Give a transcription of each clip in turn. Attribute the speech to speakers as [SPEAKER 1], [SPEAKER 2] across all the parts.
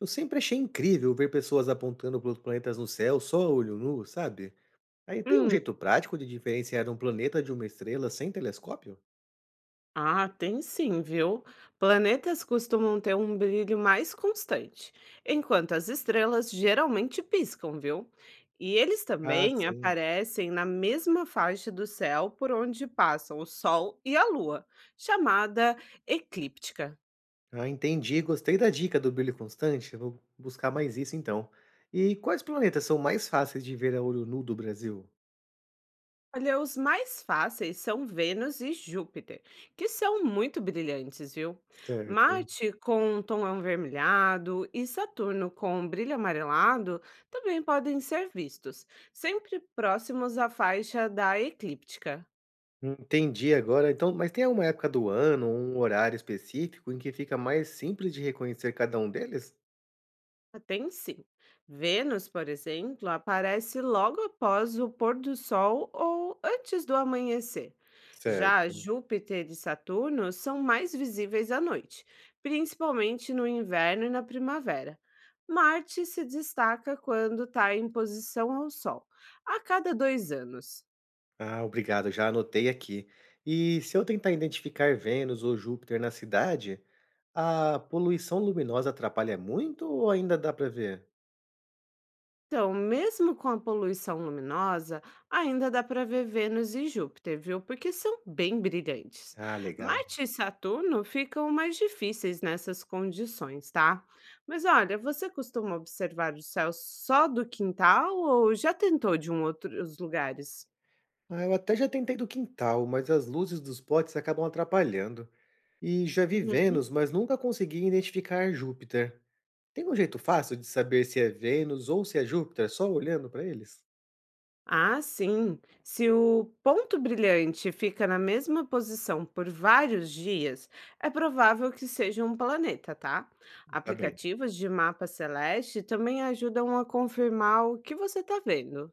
[SPEAKER 1] Eu sempre achei incrível ver pessoas apontando para outros planetas no céu só a olho nu, sabe? Aí tem um
[SPEAKER 2] Hum,
[SPEAKER 1] jeito prático de diferenciar um planeta de uma estrela sem telescópio?
[SPEAKER 2] ah, tem sim, viu? Planetas costumam ter um brilho mais constante, enquanto as estrelas geralmente piscam, viu? E eles
[SPEAKER 1] Ah,
[SPEAKER 2] também
[SPEAKER 1] sim.
[SPEAKER 2] aparecem na mesma faixa do céu por onde passam o Sol e a Lua, chamada eclíptica.
[SPEAKER 1] Ah, entendi. Gostei da dica do brilho constante. Vou buscar mais isso então. E quais planetas são mais fáceis de ver a olho nu do Brasil?
[SPEAKER 2] Olha, os mais fáceis são Vênus e Júpiter, que são muito brilhantes, viu?
[SPEAKER 1] Certo.
[SPEAKER 2] Marte com um tom avermelhado e Saturno com um brilho amarelado também podem ser vistos, sempre próximos à faixa da eclíptica.
[SPEAKER 1] Entendi agora. Então, mas tem alguma época do ano, um horário específico em que fica mais simples de reconhecer cada um deles?
[SPEAKER 2] Ah, tem sim. Vênus, por exemplo, aparece logo após o pôr do sol ou antes do amanhecer. Já
[SPEAKER 1] Certo.
[SPEAKER 2] Júpiter e Saturno são mais visíveis à noite, principalmente no inverno e na primavera. Marte se destaca quando está em posição ao Sol, a cada 2 anos.
[SPEAKER 1] Ah, obrigado, já anotei aqui. E se eu tentar identificar Vênus ou Júpiter na cidade, a poluição luminosa atrapalha muito ou ainda dá para ver?
[SPEAKER 2] Então, mesmo com a poluição luminosa, ainda dá para ver Vênus e Júpiter, viu? Porque são bem brilhantes.
[SPEAKER 1] Ah, legal.
[SPEAKER 2] Marte e Saturno ficam mais difíceis nessas condições, tá? Mas olha, você costuma observar o céu só do quintal ou já tentou de um outros lugares?
[SPEAKER 1] Ah, eu até já tentei do quintal, mas as luzes dos potes acabam atrapalhando. E já vi
[SPEAKER 2] Uhum.
[SPEAKER 1] Vênus, mas nunca consegui identificar Júpiter. Tem um jeito fácil de saber se é Vênus ou se é Júpiter só olhando para eles?
[SPEAKER 2] Ah, sim. Se o ponto brilhante fica na mesma posição por vários dias, é provável que seja um planeta, tá?
[SPEAKER 1] Tá bem.
[SPEAKER 2] Aplicativos de mapa celeste também ajudam a confirmar o que você está vendo.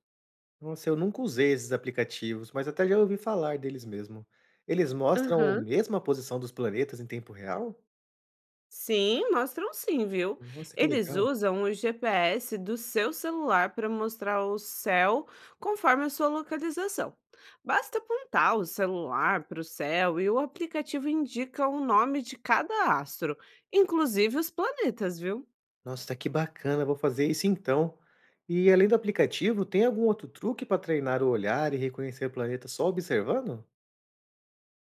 [SPEAKER 1] Nossa, eu nunca usei esses aplicativos, mas até já ouvi falar deles mesmo. Eles mostram a mesma posição dos planetas em tempo real?
[SPEAKER 2] Sim, mostram sim, viu?
[SPEAKER 1] Nossa, que
[SPEAKER 2] Eles
[SPEAKER 1] legal.
[SPEAKER 2] usam o GPS do seu celular para mostrar o céu conforme a sua localização. Basta apontar o celular para o céu e o aplicativo indica o nome de cada astro, inclusive os planetas, viu?
[SPEAKER 1] Nossa, que bacana, vou fazer isso então. E além do aplicativo, tem algum outro truque para treinar o olhar e reconhecer o planeta só observando?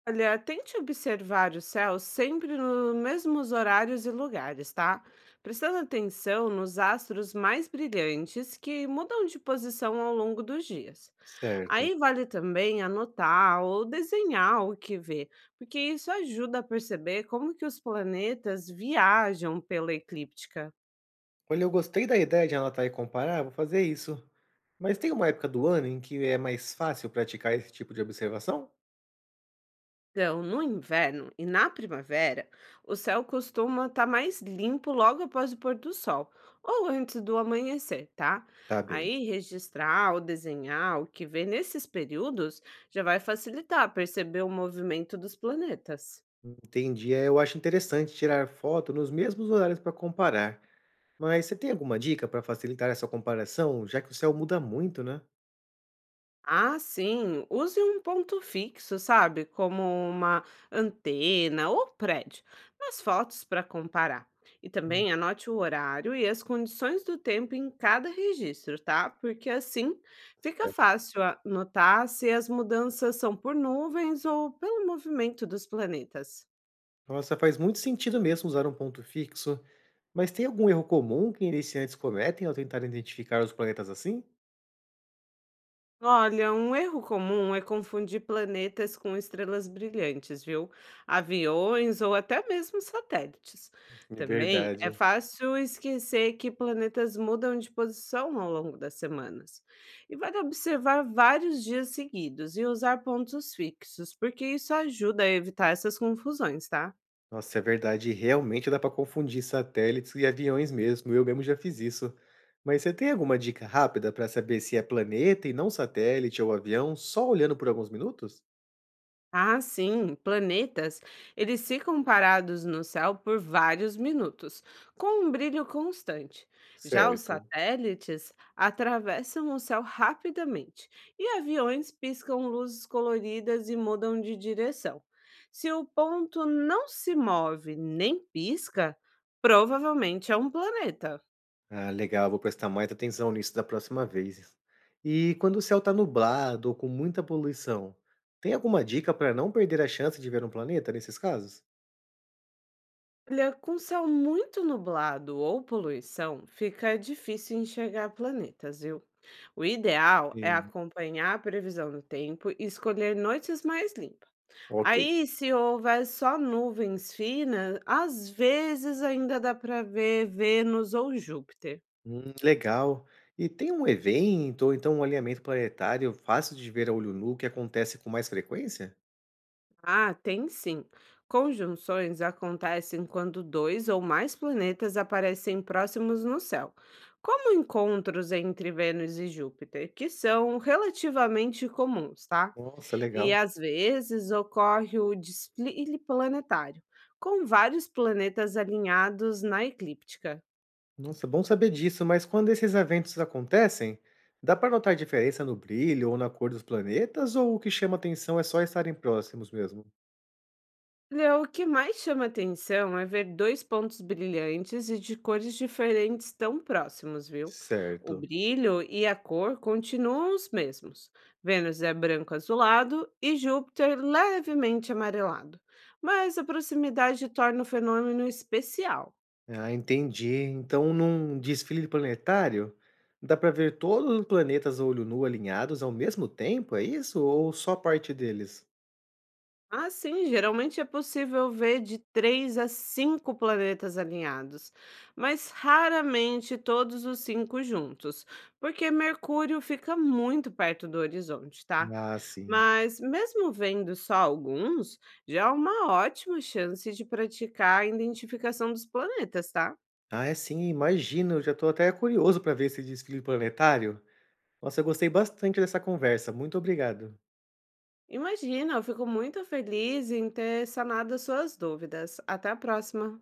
[SPEAKER 2] Olha, tente observar o céu sempre nos mesmos horários e lugares, tá? Prestando atenção nos astros mais brilhantes que mudam de posição ao longo dos dias.
[SPEAKER 1] Certo.
[SPEAKER 2] Aí vale também anotar ou desenhar o que vê, porque isso ajuda a perceber como que os planetas viajam pela eclíptica.
[SPEAKER 1] Olha, eu gostei da ideia de anotar e comparar, vou fazer isso. Mas tem uma época do ano em que é mais fácil praticar esse tipo de observação?
[SPEAKER 2] Então, no inverno e na primavera, o céu costuma estar mais limpo logo após o pôr do sol ou antes do amanhecer, tá?
[SPEAKER 1] Tá bem.
[SPEAKER 2] Aí, registrar ou desenhar o que vê nesses períodos já vai facilitar perceber o movimento dos planetas.
[SPEAKER 1] Entendi. É, eu acho interessante tirar foto nos mesmos horários para comparar. Mas você tem alguma dica para facilitar essa comparação, já que o céu muda muito, né?
[SPEAKER 2] Ah, sim. Use um ponto fixo, sabe? Como uma antena ou prédio, nas fotos para comparar. E
[SPEAKER 1] Hum,
[SPEAKER 2] também anote o horário e as condições do tempo em cada registro, tá? Porque assim fica
[SPEAKER 1] certo.
[SPEAKER 2] fácil notar se as mudanças são por nuvens ou pelo movimento dos planetas.
[SPEAKER 1] Nossa, faz muito sentido mesmo usar um ponto fixo. Mas tem algum erro comum que iniciantes cometem ao tentar identificar os planetas assim?
[SPEAKER 2] Olha, um erro comum é confundir planetas com estrelas brilhantes, viu? Aviões ou até mesmo satélites.
[SPEAKER 1] É
[SPEAKER 2] Também é
[SPEAKER 1] verdade.
[SPEAKER 2] fácil esquecer que planetas mudam de posição ao longo das semanas. E vale observar vários dias seguidos e usar pontos fixos, porque isso ajuda a evitar essas confusões, tá?
[SPEAKER 1] Nossa, é verdade, realmente dá para confundir satélites e aviões mesmo. Eu mesmo já fiz isso. Mas você tem alguma dica rápida para saber se é planeta e não satélite ou avião, só olhando por alguns minutos?
[SPEAKER 2] Ah, sim, planetas, eles ficam parados no céu por vários minutos, com um brilho constante. Já os
[SPEAKER 1] Certo.
[SPEAKER 2] satélites atravessam o céu rapidamente e aviões piscam luzes coloridas e mudam de direção. Se o ponto não se move nem pisca, provavelmente é um planeta.
[SPEAKER 1] Ah, legal, vou prestar mais atenção nisso da próxima vez. E quando o céu está nublado ou com muita poluição, tem alguma dica para não perder a chance de ver um planeta nesses casos?
[SPEAKER 2] Olha, com céu muito nublado ou poluição, fica difícil enxergar planetas, viu? O ideal é
[SPEAKER 1] Sim.
[SPEAKER 2] acompanhar a previsão do tempo e escolher noites mais limpas.
[SPEAKER 1] Ok.
[SPEAKER 2] Aí, se houver só nuvens finas, às vezes ainda dá para ver Vênus ou Júpiter.
[SPEAKER 1] Legal. E tem um evento ou então um alinhamento planetário fácil de ver a olho nu que acontece com mais frequência?
[SPEAKER 2] Ah, tem sim. Conjunções acontecem quando dois ou mais planetas aparecem próximos no céu, como encontros entre Vênus e Júpiter, que são relativamente comuns, tá?
[SPEAKER 1] Nossa, legal.
[SPEAKER 2] E às vezes ocorre o desfile planetário, com vários planetas alinhados na eclíptica.
[SPEAKER 1] Nossa, bom saber disso, mas quando esses eventos acontecem, dá para notar diferença no brilho ou na cor dos planetas ou o que chama atenção é só estarem próximos mesmo?
[SPEAKER 2] Olha, o que mais chama atenção é ver dois pontos brilhantes e de cores diferentes tão próximos, viu? O
[SPEAKER 1] Certo.
[SPEAKER 2] brilho e a cor continuam os mesmos. Vênus é branco azulado e Júpiter levemente amarelado, mas a proximidade torna o fenômeno especial.
[SPEAKER 1] Ah, entendi. Então, num desfile planetário, dá para ver todos os planetas a olho nu alinhados ao mesmo tempo, é isso? Ou só parte deles?
[SPEAKER 2] Ah, sim, geralmente é possível ver de 3 a 5 planetas alinhados, mas raramente todos os cinco juntos, porque Mercúrio fica muito perto do horizonte, tá?
[SPEAKER 1] Ah, sim.
[SPEAKER 2] Mas mesmo vendo só alguns, já é uma ótima chance de praticar a identificação dos planetas, tá?
[SPEAKER 1] Ah, é sim, imagino. Eu Já estou até curioso para ver esse desfile planetário. Nossa, eu gostei bastante dessa conversa. Muito obrigado.
[SPEAKER 2] Imagina, eu fico muito feliz em ter sanado as suas dúvidas. Até a próxima!